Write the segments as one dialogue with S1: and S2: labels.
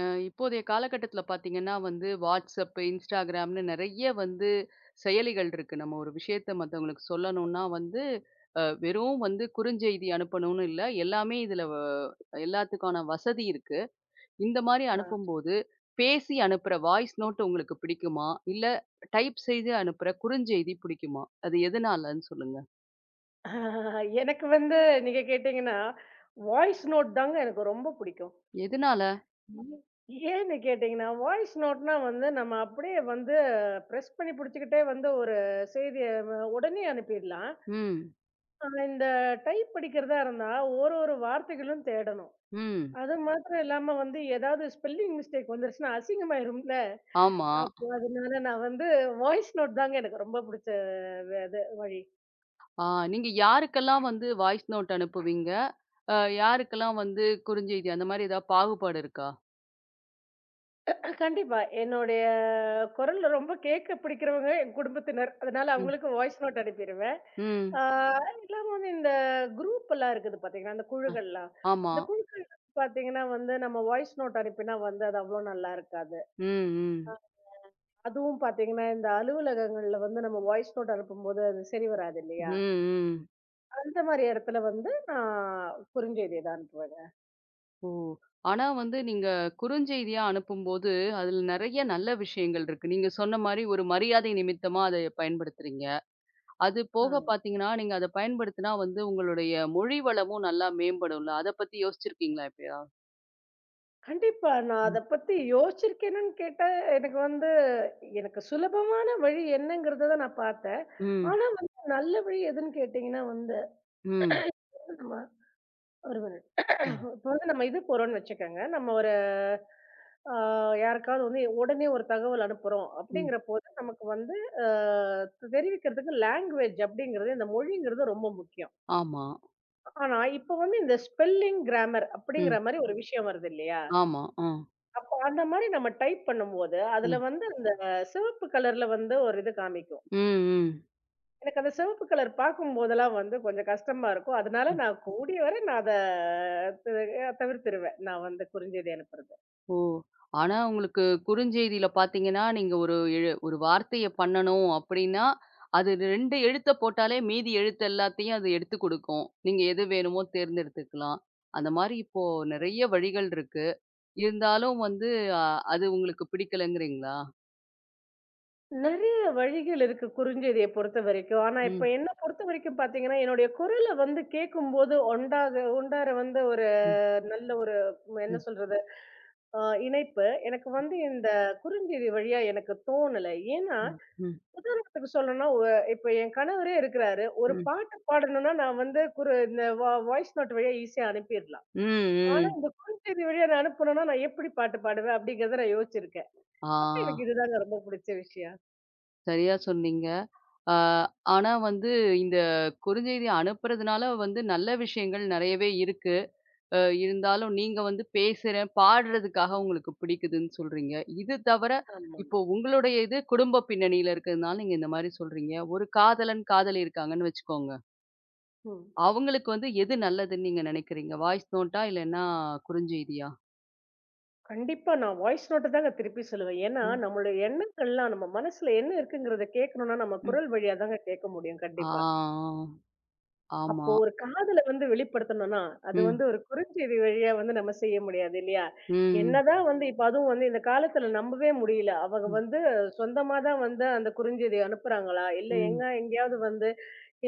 S1: இப்போதைய காலகட்டத்துல பாத்தீங்கன்னா வந்து வாட்ஸ்அப், இன்ஸ்டாகிராம்னு நெறைய வந்து செயலிகள் இருக்கு. நம்ம ஒரு விஷயத்த மத்தவங்களுக்கு சொல்லணும்னா வந்து வெறும் வந்து குறுஞ்செய்தி அனுப்பணும்னு இல்ல. எல்லாமே இதுல எல்லாத்துக்கான வசதி இருக்கு. இந்த மாரி அனுப்பும்போது, பேசி அனுப்புற வாய்ஸ் நோட் உங்களுக்கு பிடிக்குமா? இல்ல டைப் செய்து அனுப்புற குறுஞ்செய்தி பிடிக்குமா? அது எதனாலன்னு சொல்லுங்க.
S2: ஆ. எனக்கு வந்து நீங்க கேட்டீங்கன்னா, வாய்ஸ் நோட் தாங்க எனக்கு ரொம்ப பிடிக்கும்.
S1: எதனால?
S2: ம். ஏன்னு கேட்டீங்கன்னா, வாய்ஸ் நோட்னா வந்து நம்ம அப்படியே வந்து பிரஸ் பண்ணி புடிச்சுக்கிட்டே வந்து ஒரு செய்திய உடனே அனுப்பிடலாம்.
S1: ம்,
S2: ஆனா இந்த டைப் படிக்கிறதா இருந்தா, ஒரு ஒரு வார்த்தைகளும் தேடணும்.
S1: ம்.
S2: அது மாத்திரம் இல்லாம வந்து ஏதாவது ஸ்பெல்லிங் மிஸ்டேக் வந்துருச்சுன்னா அசிங்கமாயிரும்ல.
S1: ஆமா.
S2: அப்போ அதனால நான் வந்து வாய்ஸ் நோட் தாங்க எனக்கு ரொம்ப பிடிச்ச இது வழி.
S1: ஆ, நீங்க யாருக்கெல்லாம் வந்து வாய்ஸ் நோட் அனுப்புவீங்க? அ யாருக்கெல்லாம் வந்து குறுஞ்செய்தி அந்த மாரி ஏதாவது பாகுபாடு இருக்கா?
S2: கண்டிப்பா. என்னுடைய குரல் ரொம்ப கேட்க பிடிக்கிறவங்க என் குடும்பத்தினர். அதனால
S1: ம்.
S2: அவங்களுக்கு வாய்ஸ் நோட் அனுப்பிருவேன்.
S1: ம்.
S2: ஆ இல்லாம வந்து இந்த குரூப் எல்லாம் இருக்குது பார்த்தீங்கன்னா, இந்த
S1: அ.
S2: குழுக்கள்லாம்.
S1: ஆமா.
S2: இந்த குழுக்கள் பார்த்தீங்கன்னா வந்து நம்ம வாய்ஸ் நோட் அனுப்பினா வந்து அது அவ்வளோ நல்லா இருக்காது.
S1: ம், ம்.
S2: அதுவும் பார்த்தீங்கன்னா, இந்த அலுவலகங்கள்ல வந்து நம்ம வாய்ஸ் நோட் அனுப்பும்போது அது சரி வராது
S1: ம்,
S2: இல்லையா?
S1: ம்.
S2: அந்த மாரி இடத்துல வந்து நான் குறுஞ்செய்தி தான் அனுப்புவேங்க.
S1: ஓ! ஆனா வந்து நீங்க குறுஞ்செய்தியா அனுப்பும்போது, அதில நெறைய நல்ல விஷயங்கள் இருக்கு. நீங்க சொன்ன மாரி ஒரு மரியாதை நிமித்தமா அதை பயன்படுத்துறீங்க. அது
S2: ஆ.
S1: போக பார்த்தீங்கன்னா, நீங்க அத பயன்படுத்தினா வந்து உங்களுடைய மொழி வளமும் நல்லா மேம்படும்ல. அத பத்தி யோசிச்சிருக்கீங்களா எப்பயா?
S2: கண்டிப்பா. நான் அத
S1: ம்.
S2: பத்தி யோசிச்சிருக்கேனான்னு கேட்டா, எனக்கு வந்து எனக்கு சுலபமான வழி என்னங்கிறத தான் நான் பார்த்தேன்.
S1: ம்.
S2: ஆனா வந்து நல்ல வழி எதுன்னு கேட்டீங்கன்னா வந்து,
S1: ம்.
S2: நம்ம ஒரு மினிட்.
S1: அ.
S2: இப்ப வந்து நம்ம இது போறோம்ன்னு வச்சுக்கோங்க. நம்ம ஒரு ஆ யாருக்காவது வந்து உடனே ஒரு தகவல் அனுப்புறோம்
S1: ம்.
S2: அப்படிங்கிறபோது, நமக்கு வந்து அ தெரிவிக்கிறதுக்கு லாங்குவேஜ் அப்படிங்கிறது, இந்த மொழிங்கிறது ரொம்ப முக்கியம்.
S1: ஆமா.
S2: ஆனா இப்ப வந்து இந்த ஸ்பெல்லிங், கிராமர்
S1: ம்.
S2: அப்படிங்கிற மாரி ஒரு விஷயம் வருது இல்லையா?
S1: ஆமா. ஆ.
S2: அந்த மாரி நம்ம டைப் பண்ணும்போது, அதுல
S1: ம்.
S2: வந்து அந்த சிவப்பு கலர்ல வந்து ஒரு இது காமிக்கும்.
S1: ம், ம்.
S2: எனக்கு அந்த சிவப்பு கலர் பார்க்கும்போதெல்லாம் வந்து கொஞ்சம் கஷ்டமா இருக்கும். அதனால
S1: ம்.
S2: நான் கூடிய வரை நான் அத து தவிர்த்துருவேன். நான் வந்து குறுஞ்செய்தி அனுப்புறது.
S1: ஓ! ஆனா உங்களுக்கு குறுஞ்செய்தியில பார்த்தீங்கன்னா, நீங்க ஒரு வார்த்தைய பண்ணணும் அப்டின்னா, அது 2 எழுத்த போட்டாலே மீதி எழுத்து எல்லாத்தையும் அது எடுத்துக் குடுக்கும். நீங்க எது வேணுமோ தேர்ந்தெடுத்துக்கலாம். அந்த மாரி இப்போ நெறைய வழிகள் இருக்கு. இருந்தாலும் வந்து அ அது உங்களுக்கு பிடிக்கலங்கிறீங்களா?
S2: நெறைய வழிகள் இருக்கு குறுஞ்செய்திய பொறுத்தவரைக்கும். ஆனா இப்ப
S1: ம்,
S2: என்ன பொறுத்தவரைக்கும் பார்த்தீங்கன்னா, என்னுடைய குரல வந்து கேட்கும்போது ஒண்டாக ஒண்டார வந்து ஒரு
S1: ம்,
S2: நல்ல ஒரு என்ன
S1: ம்,
S2: சொல்றது? அ இணைப்பு எனக்கு வந்து இந்த குறுஞ்செய்தி வழியா எனக்கு தோணல. ஏன்னா
S1: ம், ம்,
S2: உதாரணத்துக்கு சொல்லணும்னா, இப்ப என் கணவரே இருக்கிறாரு. ஒரு
S1: ம்,
S2: பாட்டு பாடணும்னா, நான் வந்து இந்த வாய்ஸ் நோட் வழியா ஈஸியா அனுப்பிடலாம்.
S1: ம்,
S2: ஆனா,
S1: ம்.
S2: இந்த குறுஞ்செய்தி வழியா நான் அனுப்பணும்னா, நான் எப்படி பாட்டு பாடுவேன் அப்படிங்கிறத நான் யோசிச்சிருக்கேன்.
S1: ஆ.
S2: அப்ப எனக்கு இதுதாங்க ரொம்ப பிடிச்ச விஷயம்.
S1: சரியா சொன்னீங்க. ஆ, ஆனா வந்து இந்த குறுஞ்செய்தி அனுப்புறதுனால வந்து நல்ல விஷயங்கள் நெறையவே இருக்கு. அ இருந்தாலும் நீங்க வந்து பேசுறேன், பாடுறதுக்காக உங்களுக்கு பிடிக்குதுன்னு சொல்றீங்க. இது தவிர
S2: ஆமாங்க.
S1: இப்போ உங்களுடைய இது குடும்ப பின்னணியில இருக்கிறதுனால நீங்க இந்த மாரி சொல்றீங்க. ஒரு காதலன், காதலி இருக்காங்கன்னு வச்சுக்கோங்க.
S2: ம்.
S1: அவங்களுக்கு வந்து எது நல்லதுன்னு நீங்க நெனைக்கிறீங்க? வாய்ஸ் நோட்டா இல்லன்னா குறுஞ்செய்தியா?
S2: கண்டிப்பா நான் வாய்ஸ் நோட்ட தாங்க திருப்பி சொல்லுவேன். ஏன்னா,
S1: ம்,
S2: நம்மளுடைய எண்ணங்கள்லாம் நம்ம மனசுல என்ன இருக்குங்கிறத கேட்கணும்னா, நம்ம
S1: ம்.
S2: குரல் வழியா தாங்க கேட்க முடியும்
S1: ஆ,
S2: கண்டிப்பா.
S1: ஆ. ஆமா.
S2: அப்போ ஒரு காதல வந்து வெளிப்படுத்தணும்னா, அது
S1: ம்,
S2: வந்து ஒரு குறுஞ்செய்தி வழியா வந்து நம்ம செய்ய முடியாது இல்லையா?
S1: ம்,
S2: என்னதான் வந்து இப்ப அதுவும் வந்து இந்த காலத்துல நம்பவே முடியல. அவங்க
S1: ம்,
S2: வந்து சொந்தமா தான் வந்து அந்த குறுஞ்செய்தி அனுப்புறாங்களா? இல்ல
S1: ம்.
S2: எங்க எங்கேயாவது வந்து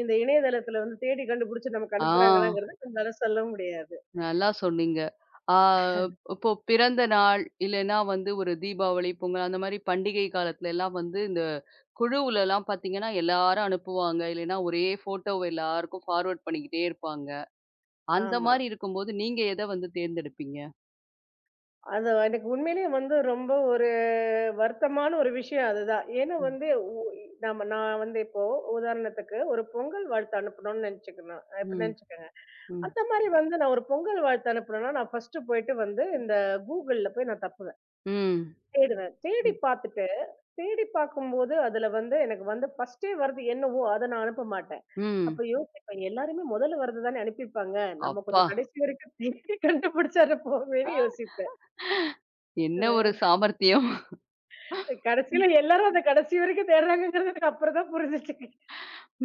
S2: இந்த இணையதளத்துல வந்து தேடி கண்டுபிடிச்சு நமக்கு
S1: ஆ.
S2: அனுப்புறாங்களாங்கிறது நம்மளால சொல்ல முடியாது.
S1: நல்லா சொன்னீங்க. ஆ, இப்போ பிறந்த நாள், இல்லன்னா வந்து ஒரு தீபாவளி, பொங்கல் அந்த மாரி பண்டிகை காலத்துலலாம் வந்து இந்த குழுவுலலாம் பார்த்தீங்கன்னா, எல்லாரும் அனுப்புவாங்க. இல்லைன்னா ஒரே ஃபோட்டோவ எல்லாருக்கும் ஃபார்வர்ட் பண்ணிக்கிட்டே இருப்பாங்க. அந்த
S2: ஆமா.
S1: மாரி இருக்கும்போது நீங்க எத வந்து தேர்ந்தெடுப்பீங்க?
S2: அது எனக்கு உண்மையிலேயே வந்து ரொம்ப ஒரு வருத்தமான ஒரு விஷயம் அதுதான். ஏன்னா
S1: ம்.
S2: வந்து உ நம்ம நான் வந்து இப்போ உதாரணத்துக்கு ஒரு பொங்கல் வாழ்த்து அனுப்பணும்னு நினைச்சுக்கணும் இப்ப
S1: ம்.
S2: நெனச்சுக்கங்க.
S1: ம்.
S2: அந்த மாரி வந்து நான் ஒரு பொங்கல் வாழ்த்து அனுப்பணும்னா, நான் ஃபர்ஸ்ட்டு போயிட்டு வந்து இந்த கூகுள்ல போய் நான் தப்புவேன்.
S1: ம்.
S2: தேடுவேன். தேடி
S1: ம்.
S2: பார்த்துட்டு, தேடி பார்க்கும்போது அதுல வந்து எனக்கு வந்து ஃபர்ஸ்ட்டே வர்றது என்னவோ அத நான் அனுப்ப மாட்டேன்.
S1: ம்.
S2: அப்ப யோசிப்பேன், எல்லாருமே முதல்ல வர்றது தானே அனுப்பியிருப்பாங்க. நம்ம
S1: அப்பா!
S2: கொஞ்சம் கடைசி வரைக்கும் தேடி கண்டுபிடிச்சர போவேன்னு யோசிப்பேன்.
S1: என்ன ஒரு சாமர்த்தியம்.
S2: கடைசியில எல்லாரும் அத கடைசி வரைக்கும் தேடுறாங்கங்கிறது எனக்கு அப்புறம் தான் புரிஞ்சுச்சு.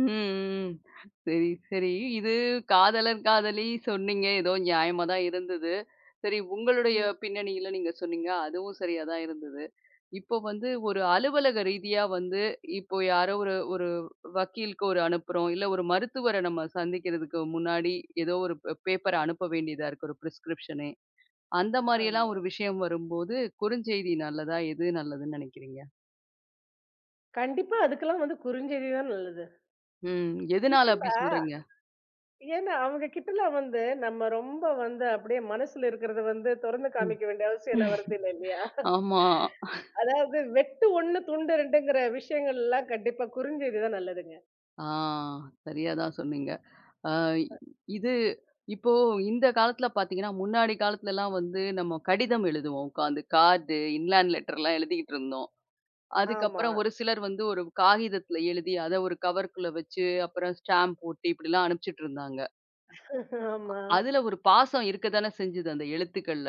S1: ம், ம். சரி, சரி. இது காதலர், காதலி சொன்னீங்க. ஏதோ நியாயமா தான் இருந்தது. சரி, உங்களுடைய
S2: ம்.
S1: பின்னணியில நீங்க சொன்னீங்க. அதுவும் சரியா தான் இருந்தது. இப்போ வந்து ஒரு அலுவலக ரீதியா வந்து இப்போ யாரோ ஒரு ஒரு வக்கீலுக்கு ஒரு அனுப்புறோம். இல்ல ஒரு மருத்துவர நம்ம சந்திக்கிறதுக்கு முன்னாடி ஏதோ ஒரு பேப்பர அனுப்ப வேண்டியதா இருக்கு. ஒரு பிரிஸ்கிரிப்ஷனு. அந்த
S2: ஆமா.
S1: மாரியெல்லாம் ஒரு விஷயம் வரும்போது, குறுஞ்செய்தி நல்லதா? எது நல்லதுன்னு நினைக்கிறீங்க?
S2: கண்டிப்பா அதுக்கெல்லாம் வந்து குறுஞ்செய்தி தான் நல்லது.
S1: ம். எதனால அப்படி
S2: ஏன்னா
S1: சொல்றீங்க?
S2: ஏன்னா, அவங்க கிட்டலாம் வந்து நம்ம ரொம்ப வந்து அப்படியே மனசுல இருக்கிறத வந்து தொறந்து காமிக்க வேண்டிய அவசியம் எல்லாம்
S1: ம்.
S2: வருதில்ல இல்லையா?
S1: ஆமா.
S2: அதாவது வெட்டு 1 துண்டு 2ங்கிற விஷயங்கள்லாம் கண்டிப்பா குறிஞ்செய்தி தான் நல்லதுங்க.
S1: ஆ, சரியா தான் சொன்னீங்க. அ இது இப்போ இந்த காலத்துல பார்த்தீங்கன்னா, முன்னாடி காலத்துலலாம் வந்து நம்ம கடிதம் எழுதுவோம் உட்காந்து. கார்டு, இன்லேண்ட் லெட்டர்லாம் எழுதிக்கிட்டு இருந்தோம்.
S2: ஆமா.
S1: அதுக்கப்புறம் ஒரு சிலர் வந்து ஒரு காகிதத்துல எழுதி, அத ஒரு கவருக்குள்ள வச்சு, அப்புறம் ஸ்டாம்ப் போட்டு இப்படிலாம் அனுப்பிச்சுட்டு இருந்தாங்க.
S2: ஆமா.
S1: அதுல ஒரு பாசம் இருக்க தானே செஞ்சது அந்த எழுத்துக்கள்ல.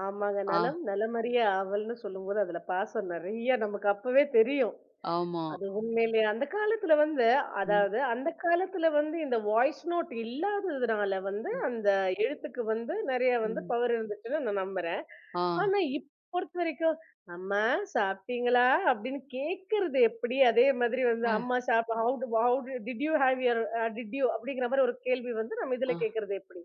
S2: ஆமாங்க.
S1: ஆ,
S2: நலம் நலமறிய ஆவல்ன்னு சொல்லும்போது, அதுல பாசம் நெறைய நமக்கு அப்பவே தெரியும்.
S1: ஆமா.
S2: அது உண்மையிலேயே அந்த காலத்துல வந்து
S1: ம்,
S2: அதாவது அந்த காலத்துல வந்து இந்த வாய்ஸ் நோட் இல்லாததுனால வந்து
S1: ம்,
S2: அந்த எழுத்துக்கு வந்து நெறைய வந்து
S1: ம்.
S2: பவர் இருந்துச்சுன்னு நான் நம்புறேன்.
S1: ஆ,
S2: ஆனா இப்ப பொறுத்த வரைக்கும், "அம்மா சாப்பிட்டீங்களா?" அப்படின்னு கேட்கறது எப்படி? அதே மாதிரி வந்து
S1: அ,
S2: "அம்மா how do did you have your did you?" அப்படிங்கிற மாரி ஒரு கேள்வி வந்து நம்ம
S1: அ,
S2: இதுல கேட்கறது எப்படி?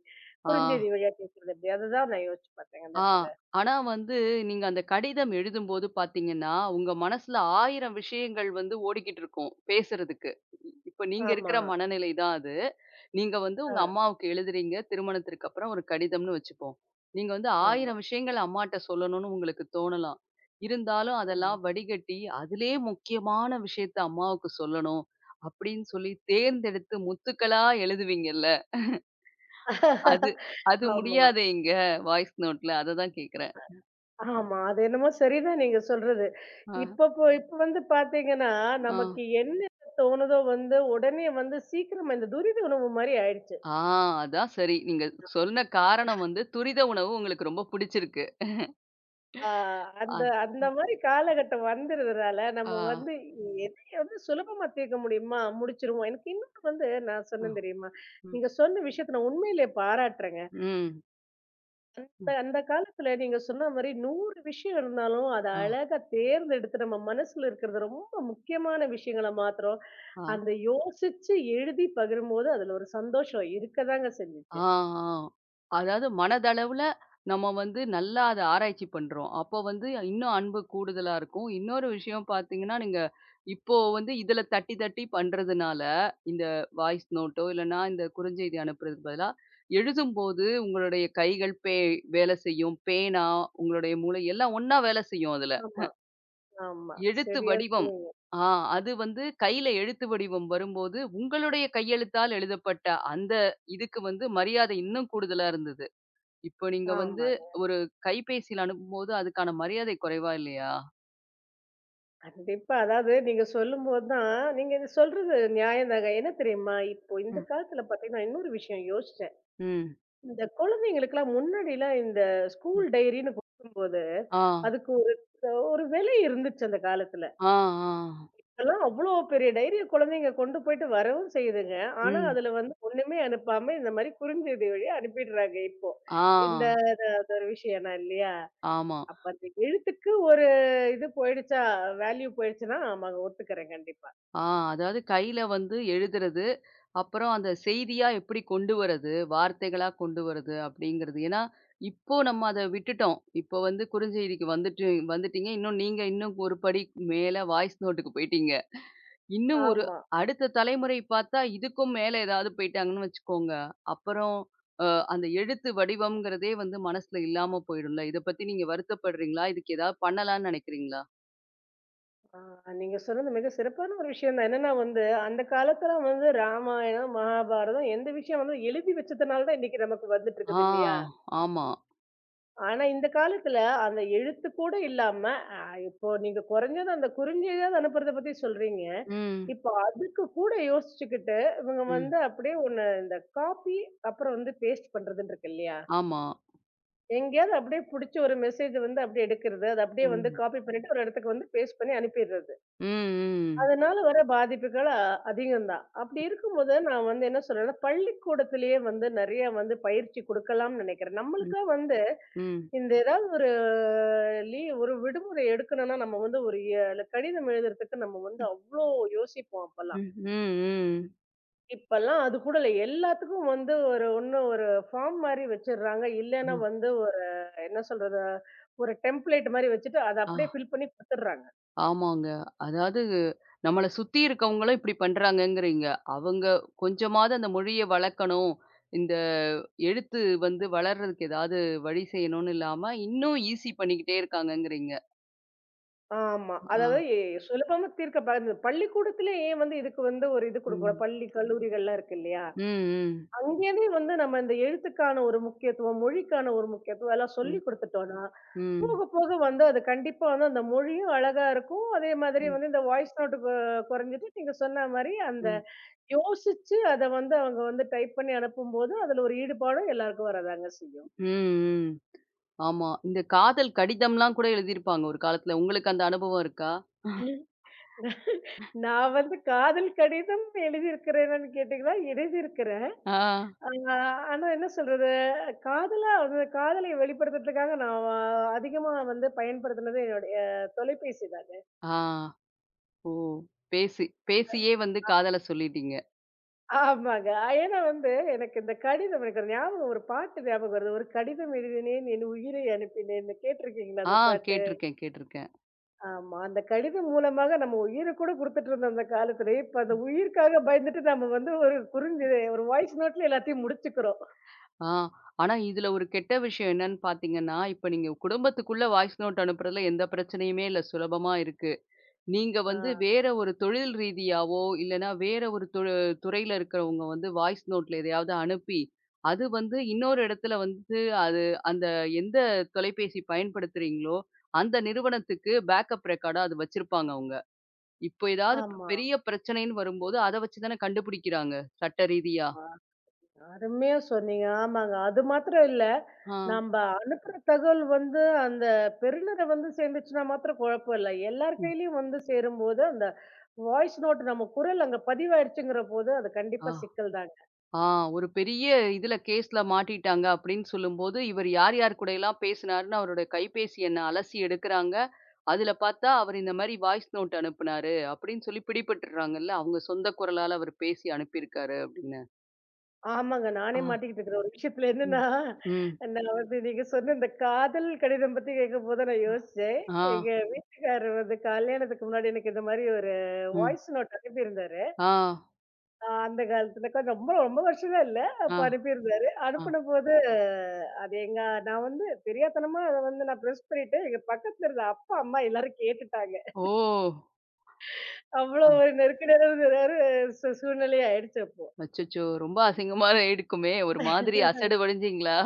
S1: ஆ.
S2: குறுஞ்செய்தி வழியா கேட்கறது எப்படி? அதுதான் நான் யோசிச்சு பார்த்தேன் அந்த
S1: ஆ.
S2: இடத்துல.
S1: ஆனா வந்து, நீங்க அந்த கடிதம் எழுதும்போது பார்த்தீங்கன்னா, உங்க மனசுல 1000 விஷயங்கள் வந்து ஓடிக்கிட்டு இருக்கும், பேசுறதுக்கு. இப்ப நீங்க
S2: ஆமா.
S1: இருக்கிற மனநிலை தான் அது. நீங்க வந்து
S2: ஆ,
S1: உங்க அம்மாவுக்கு எழுதுறீங்க, திருமணத்திற்கு அப்புறம் ஒரு கடிதம்னு வச்சுப்போம். நீங்க வந்து
S2: ஆமா,
S1: 1000 விஷயங்கள் அம்மாட்ட சொல்லணும்னு உங்களுக்கு தோணலாம். இருந்தாலும்
S2: ஆமா.
S1: அதெல்லாம் வடிகட்டி, அதிலயே முக்கியமான விஷயத்த அம்மாவுக்கு சொல்லணும், அப்படின்னு சொல்லி தேர்ந்தெடுத்து முத்துக்களா எழுதுவீங்கல்ல, அது அது
S2: ஆமா.
S1: முடியாதே இங்க வாய்ஸ் நோட்ல. அததான் கேட்கிறேன்.
S2: ஆமா. அது என்னமோ சரிதான் நீங்க சொல்றது.
S1: ஆ.
S2: இப்ப வந்து பார்த்தீங்கன்னா,
S1: ஆ.
S2: நமக்கு என்ன தோணுதோ வந்து உடனே வந்து சீக்கிரமா இந்த துரித உணவு மாரி ஆயிடுச்சு.
S1: ஆ, அதான் சரி. நீங்க சொன்ன காரணம் வந்து துரித உணவு உங்களுக்கு ரொம்ப புடிச்சிருக்கு.
S2: ஆ
S1: அ.
S2: அந்த அந்த
S1: அ.
S2: மாரி காலகட்டம் வந்துருதுனால,
S1: ஆ.
S2: நம்ம வந்து எதையும் வந்து சுலபமா தீர்க்க முடியுமா? முடிச்சுருவோம். எனக்கு இன்னொன்னு வந்து நான்
S1: அ.
S2: சொன்னேன் தெரியுமா?
S1: ம்.
S2: நீங்க சொன்ன விஷயத்த நான் உண்மையிலேயே பாராட்டுறேங்க.
S1: ம்.
S2: அந்த
S1: ம்.
S2: அந்த காலத்துல நீங்க சொன்ன மாரி 100 விஷயம் இருந்தாலும், அத
S1: ஆ.
S2: அழகா தேர்ந்தெடுத்து நம்ம மனசுல இருக்கிறது ரொம்ப முக்கியமான விஷயங்கள மாத்திரம்
S1: ஆ.
S2: அந்த யோசிச்சு எழுதி பகிரும்போது அதுல ஒரு சந்தோஷம் இருக்கதாங்க செஞ்சுச்சு.
S1: ஆ, ஆ. அதாவது மனதளவுல நம்ம வந்து நல்லா அத ஆராய்ச்சி பண்றோம். அப்போ வந்து இன்னும் அன்பு கூடுதலா இருக்கும். இன்னொரு விஷயம் பார்த்தீங்கன்னா, நீங்க இப்போ வந்து இதில தட்டி தட்டி பண்றதுனால, இந்த வாய்ஸ் நோட்டோ இல்லன்னா இந்த குறுஞ்செய்தி அனுப்புறதுக்கு பதிலா, எழுதும்போது உங்களுடைய கைகள் வேலை செய்யும். பேனா, உங்களுடைய மூளை எல்லாம் ஒண்ணா வேலை செய்யும் அதுல.
S2: ஆமா, ஆமா.
S1: எழுத்து
S2: சரியா
S1: வடிவம்.
S2: சொன்னீங்க.
S1: ஆ, அது வந்து கையில எழுத்து வடிவம் வரும்போது, உங்களுடைய கையெழுத்தால் எழுதப்பட்ட அந்த இதுக்கு வந்து மரியாதை இன்னும் கூடுதலா இருந்தது. இப்போ நீங்க வந்து
S2: ஆமாங்க.
S1: ஒரு கைபேசியில அனுப்பும்போது அதுக்கான மரியாதை குறைவா இல்லையா?
S2: கண்டிப்பா. அதாவது நீங்க சொல்லும்போது தான் நீங்க இது சொல்றது நியாயம்தாங்க. என்ன தெரியுமா? இப்போ இந்த
S1: ம்.
S2: காலத்துல பார்த்தீங்கன்னா, இன்னொரு விஷயம் யோசிச்சேன்.
S1: ம்.
S2: இந்த குழந்தைங்களுக்கெல்லாம் முன்னாடிலாம் இந்த ஸ்கூல் டைரின்னு குடுக்கும்போது,
S1: ஆ,
S2: அதுக்கு ஒரு ஒரு விலை இருந்துச்சு அந்த காலத்துல.
S1: ஆ, ஆ.
S2: இப்பல்லாம் அவ்ளோ பெரிய டைரிய குழந்தைங்க கொண்டு போயிட்டு வரவும் செய்யுதுங்க. ஆனா,
S1: ம்.
S2: அதுல வந்து ஒண்ணுமே அனுப்பாம இந்த மாரி குறுஞ்செய்தி வழியா அனுப்பிடுறாங்க இப்போ.
S1: ஆ.
S2: இந்த அது அது ஒரு விஷயம்னா இல்லையா?
S1: ஆமா.
S2: அப்ப அந்த எழுத்துக்கு ஒரு இது போயிடுச்சா, வேல்யூ போயிடுச்சுன்னா, ஆமாங்க ஒத்துக்கிறேன் கண்டிப்பா.
S1: ஆ, அதாவது கையில வந்து எழுதுறது. அப்புறம் அந்த செய்தியா எப்படி கொண்டு வரது? வார்த்தைகளா கொண்டு வரது அப்படிங்கிறது. ஏன்னா, இப்போ நம்ம அத விட்டுட்டோம். இப்போ வந்து குறுஞ்செய்திக்கு வந்துட்டு வந்துட்டீங்க. இன்னும் நீங்க ஒரு படி மேல வாய்ஸ் நோட்டுக்கு போயிட்டீங்க. இன்னும் ஒரு
S2: ஆமா.
S1: அடுத்த தலைமுறை பார்த்தா, இதுக்கும் மேல ஏதாவது போயிட்டாங்கன்னு வச்சுக்கோங்க. அப்புறம் அ அந்த எழுத்து வடிவம்ங்கிறதே வந்து மனசுல இல்லாம போயிடும்ல. இத பத்தி நீங்க வருத்தப்படுறீங்களா? இதுக்கு ஏதாவது பண்ணலான்னு நினைக்கிறீங்களா?
S2: ஆ நீங்க சொன்னது மிக சிறப்பான ஒரு விஷயம் தான். என்னன்னா வந்து, அந்த காலத்துல வந்து ராமாயணம், மகாபாரதம் எந்த விஷயம் வந்து எழுதி வச்சதுனால தான் இன்னைக்கு நமக்கு வந்துட்டு
S1: ஆ,
S2: இருக்குது இல்லையா?
S1: ஆமா.
S2: ஆனா இந்த காலத்துல அந்த எழுத்து கூட இல்லாம, அ இப்போ நீங்க குறைஞ்சது அந்த குறுஞ்செய்தியாவது அனுப்புறத பத்தி சொல்றீங்க.
S1: ம்,
S2: இப்போ அதுக்கு கூட யோசிச்சுக்கிட்டு, இவங்க
S1: ம்.
S2: வந்து அப்படியே ஒண்ணு இந்த காப்பி, அப்புறம் வந்து பேஸ்ட் பண்றதுன்னு இருக்கு இல்லையா?
S1: ஆமா.
S2: எங்கேயாவது அப்படியே புடிச்ச ஒரு மெசேஜ் வந்து அப்படியே எடுக்கிறது, அத அப்படியே வந்து
S1: ம்.
S2: காப்பி பண்ணிட்டு ஒரு இடத்துக்கு வந்து பேஸ்ட் பண்ணி அனுப்பிடுறது.
S1: ம், ம்.
S2: அதனால வர பாதிப்புகள் அதிகம் தான். அப்படி இருக்கும்போது நான் வந்து என்ன சொல்றேன்னா, பள்ளிக்கூடத்திலேயே வந்து நெறைய வந்து பயிற்சி குடுக்கலாம்னு நினைக்கிறேன்.
S1: ம்,
S2: நம்மளுக்கா வந்து
S1: ம்,
S2: இந்த ஏதாவது ஒரு லீவ் ஒரு விடுமுறை எடுக்கணும்னா, நம்ம வந்து ஒரு கடிதம் எழுதுறதுக்கு நம்ம வந்து அவ்ளோ யோசிப்போம் அப்பல்லாம்.
S1: ம், ம்.
S2: இப்பல்லாம் அது கூட இல்ல. எல்லாத்துக்கும் வந்து ஒரு இன்னும் ஒரு ஃபார்ம் மாரி வச்சுடுறாங்க. இல்லன்னா
S1: ம்.
S2: வந்து ஒரு என்ன சொல்றது? ஒரு டெம்ப்ளேட் மாரி வச்சுட்டு, அத
S1: ஆ,
S2: அப்படியே ஃபில் பண்ணி குடுத்துடுறாங்க.
S1: ஆமாங்க. அதாவது நம்மள சுத்தி இருக்கவங்களும் இப்படி பண்றாங்கங்கிறீங்க. அவங்க கொஞ்சமாவது அந்த மொழிய வளர்க்கணும். இந்த எழுத்து வந்து வளர்றதுக்கு ஏதாவது வழி செய்யணும்னு இல்லாம, இன்னும் ஈஸி பண்ணிக்கிட்டே இருக்காங்கங்கிறீங்க.
S2: ஆமா.
S1: ஆ.
S2: அதாவது சுலபமா தீர்க்க இந்த பள்ளிக்கூடத்திலே ஏன் வந்து இதுக்கு வந்து ஒரு இது குடுக்கக்கூடாது?
S1: ம்.
S2: பள்ளி, கல்லூரிகள்லாம் இருக்கு இல்லையா?
S1: ம், ம்.
S2: அங்கேயுமே வந்து நம்ம இந்த எழுத்துக்கான ஒரு முக்கியத்துவம், மொழிக்கான ஒரு முக்கியத்துவம் எல்லாம்
S1: ம்,
S2: சொல்லிக் குடுத்துட்டோம்ன்னா
S1: ம்,
S2: போக, போக வந்து அது கண்டிப்பா வந்து அந்த மொழியும் அழகா இருக்கும். அதே மாதிரி
S1: ம், ம்.
S2: வந்து இந்த வாய்ஸ் நோட் கொறைஞ்சுட்டு நீங்க சொன்ன மாரி அந்த யோசிச்சு அத வந்து அவங்க வந்து டைப் பண்ணி அனுப்பும்போது, அதுல ஒரு ஈடுபாடும் எல்லாருக்கும் வரதாங்க செய்யும்.
S1: ம், ம். ஆமா. இந்த காதல் கடிதம்லாம் கூட எழுதியிருப்பாங்க ஒரு காலத்துல. உங்களுக்கு அந்த அனுபவம் இருக்கா?
S2: ம். நான் வந்து காதல் கடிதம் எழுதியிருக்கிறேனான்னு கேட்டீங்கன்னா, எழுதியிருக்கிறேன்.
S1: ஆ.
S2: ஆ ஆனா என்ன சொல்றது, காதலா வந்து காதலை வெளிப்படுத்துறதுக்காக நான் அதிகமா வந்து பயன்படுத்தினது என்னுடைய தொலைபேசி தாங்க.
S1: ஆ. ஓ! பேசி பேசியே வந்து காதல சொல்லிட்டீங்க.
S2: ஆமாங்க. ஏன்னா வந்து எனக்கு இந்த கடிதம் எனக்கு ஒரு ஞாபகம் ஒரு பாட்டு ஞாபகம் வருது. ஒரு கடிதம் எழுதினேன் என் உயிரை அனுப்பினேன்னு கேட்டிருக்கீங்களா
S1: ஆ,
S2: அந்த பாட்டு?
S1: கேட்டுருக்கேன், கேட்டுருக்கேன்.
S2: ஆமா. அந்த கடிதம் மூலமாக நம்ம உயிர கூட குடுத்துட்டு இருந்தோம் அந்த காலத்துல. இப்ப அந்த உயிருக்காக பயந்துட்டு நம்ம வந்து ஒரு வாய்ஸ் நோட்ல எல்லாத்தையும் முடிச்சுக்கிறோம்.
S1: ஆ, ஆனா இதுல ஒரு கெட்ட விஷயம் என்னன்னு பார்த்தீங்கன்னா, இப்ப நீங்க குடும்பத்துக்குள்ள வாய்ஸ் நோட் அனுப்புறதுல எந்த பிரச்சனையுமே இல்ல. சுலபமா இருக்கு. நீங்க
S2: ஆ.
S1: வந்து வேற ஒரு தொழில் ரீதியாவோ, இல்லன்னா வேற ஒரு துறையில இருக்கிறவங்க வந்து வாய்ஸ் நோட்ல எதையாவது அனுப்பி, அது வந்து இன்னொரு இடத்துல வந்து அது அந்த எந்த தொலைபேசி பயன்படுத்துறீங்களோ, அந்த நிறுவனத்துக்கு பேக்கப் ரெக்கார்டா அது வச்சிருப்பாங்க அவங்க. இப்போ ஏதாவது
S2: ஆமா,
S1: பெரிய பிரச்சனைன்னு வரும்போது, அத வச்சு தானே கண்டுபிடிக்கிறாங்க, சட்ட ரீதியா.
S2: ஆமா. அருமையா சொன்னீங்க. ஆமாங்க. அது மாத்திரம் இல்ல.
S1: ஆ.
S2: நம்ப அனுப்புற தகவல் வந்து அந்த பெறுநர வந்து சேர்ந்துச்சுன்னா மாத்திரம் குழப்பம் இல்ல. எல்லார்
S1: ம்.
S2: கையிலயும் வந்து சேரும்போது அந்த வாய்ஸ் நோட் நம்ம குரல் அங்க பதிவாயிடுச்சுங்கிற போது, அது
S1: ஆ.
S2: கண்டிப்பா சிக்கல் தாங்க.
S1: ஆ, ஒரு பெரிய இதுல கேஸ்ல மாட்டிட்டாங்க அப்படின்னு சொல்லும்போது, இவர் யார் யார் கூடயெல்லாம் பேசினாருன்னு அவரோட கைபேசி எண்ண அலசி எடுக்குறாங்க. அதுல பார்த்தா, அவர் இந்த மாரி வாய்ஸ் நோட் அனுப்புனாரு அப்படின்னு சொல்லி பிடிபட்டுறாங்கல்ல. அவங்க சொந்த குரலால அவர் பேசி அனுப்பியிருக்காரு அப்படின்னு.
S2: ஆமாங்க. நானே
S1: ஆ.
S2: மாட்டிக்கிட்டு இருக்கிற ஒரு விஷயத்துல என்னன்னா,
S1: ம். ம்.
S2: நான் வந்து நீங்க சொன்ன இந்த காதல் கடிதம் பத்தி கேட்கும்போது தான் நான் யோசிச்சேன்.
S1: ஆ. ஆ.
S2: எங்க வீட்டுக்காரர் வந்து கல்யாணத்துக்கு முன்னாடி எனக்கு இந்த மாரி ஒரு
S1: ம்.
S2: வாய்ஸ் நோட் அனுப்பியிருந்தாரு.
S1: ஆ.
S2: அந்த காலத்துல கொஞ்சம் ரொம்ப ரொம்ப வருஷம்லாம் இல்ல.
S1: ஆ.
S2: அப்ப அனுப்பியிருந்தாரு.
S1: ஆ.
S2: அனுப்புனபோது அது எங்க நான் வந்து தெரியாத்தனமா அத வந்து நான் ப்ரெஸ் பண்ணிட்டு, எங்க பக்கத்துல இருந்த அப்பா, அம்மா எல்லாரும் கேட்டுட்டாங்க.
S1: ஓ!
S2: அவ்வளோ
S1: ஆ.
S2: ஒரு நெருக்கடியான ஒரு சூழ்நிலை ஆயிடுச்சு அப்போ.
S1: அச்சச்சோ! ரொம்ப அசிங்கமா இருக்குமே! ஒரு மாதிரி அசடு வடிஞ்சீங்களா?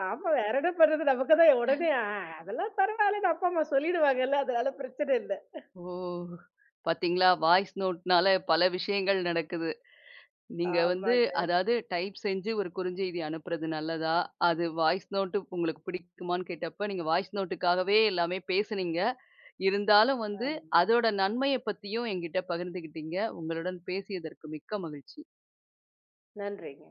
S2: ஆமா. வேற என்ன பண்றது? நமக்கு தான் உடனே அதெல்லாம் பரவாயில்லன்னு அப்பா, அம்மா சொல்லிடுவாங்கல்ல. அதனால பிரச்சனை இல்ல.
S1: ஓ! பாத்தீங்களா? வாய்ஸ் நோட்னால பல விஷயங்கள் நடக்குது. நீங்க வந்து
S2: ஆமாங்க.
S1: அதாவது டைப் செஞ்சு ஒரு குறுஞ்செய்தி அனுப்புறது நல்லதா? அது வாய்ஸ் நோட்டு உங்களுக்கு பிடிக்குமான்னு கேட்டப்ப, நீங்க வாய்ஸ் நோட்டுக்காகவே எல்லாமே பேசுனீங்க. இருந்தாலும் வந்து அதோட நன்மைய பத்தியும் என்கிட்ட பகிர்ந்துக்கிட்டீங்க. உங்களுடன் பேசியதற்கு மிக்க மகிழ்ச்சி.
S2: நன்றிங்க.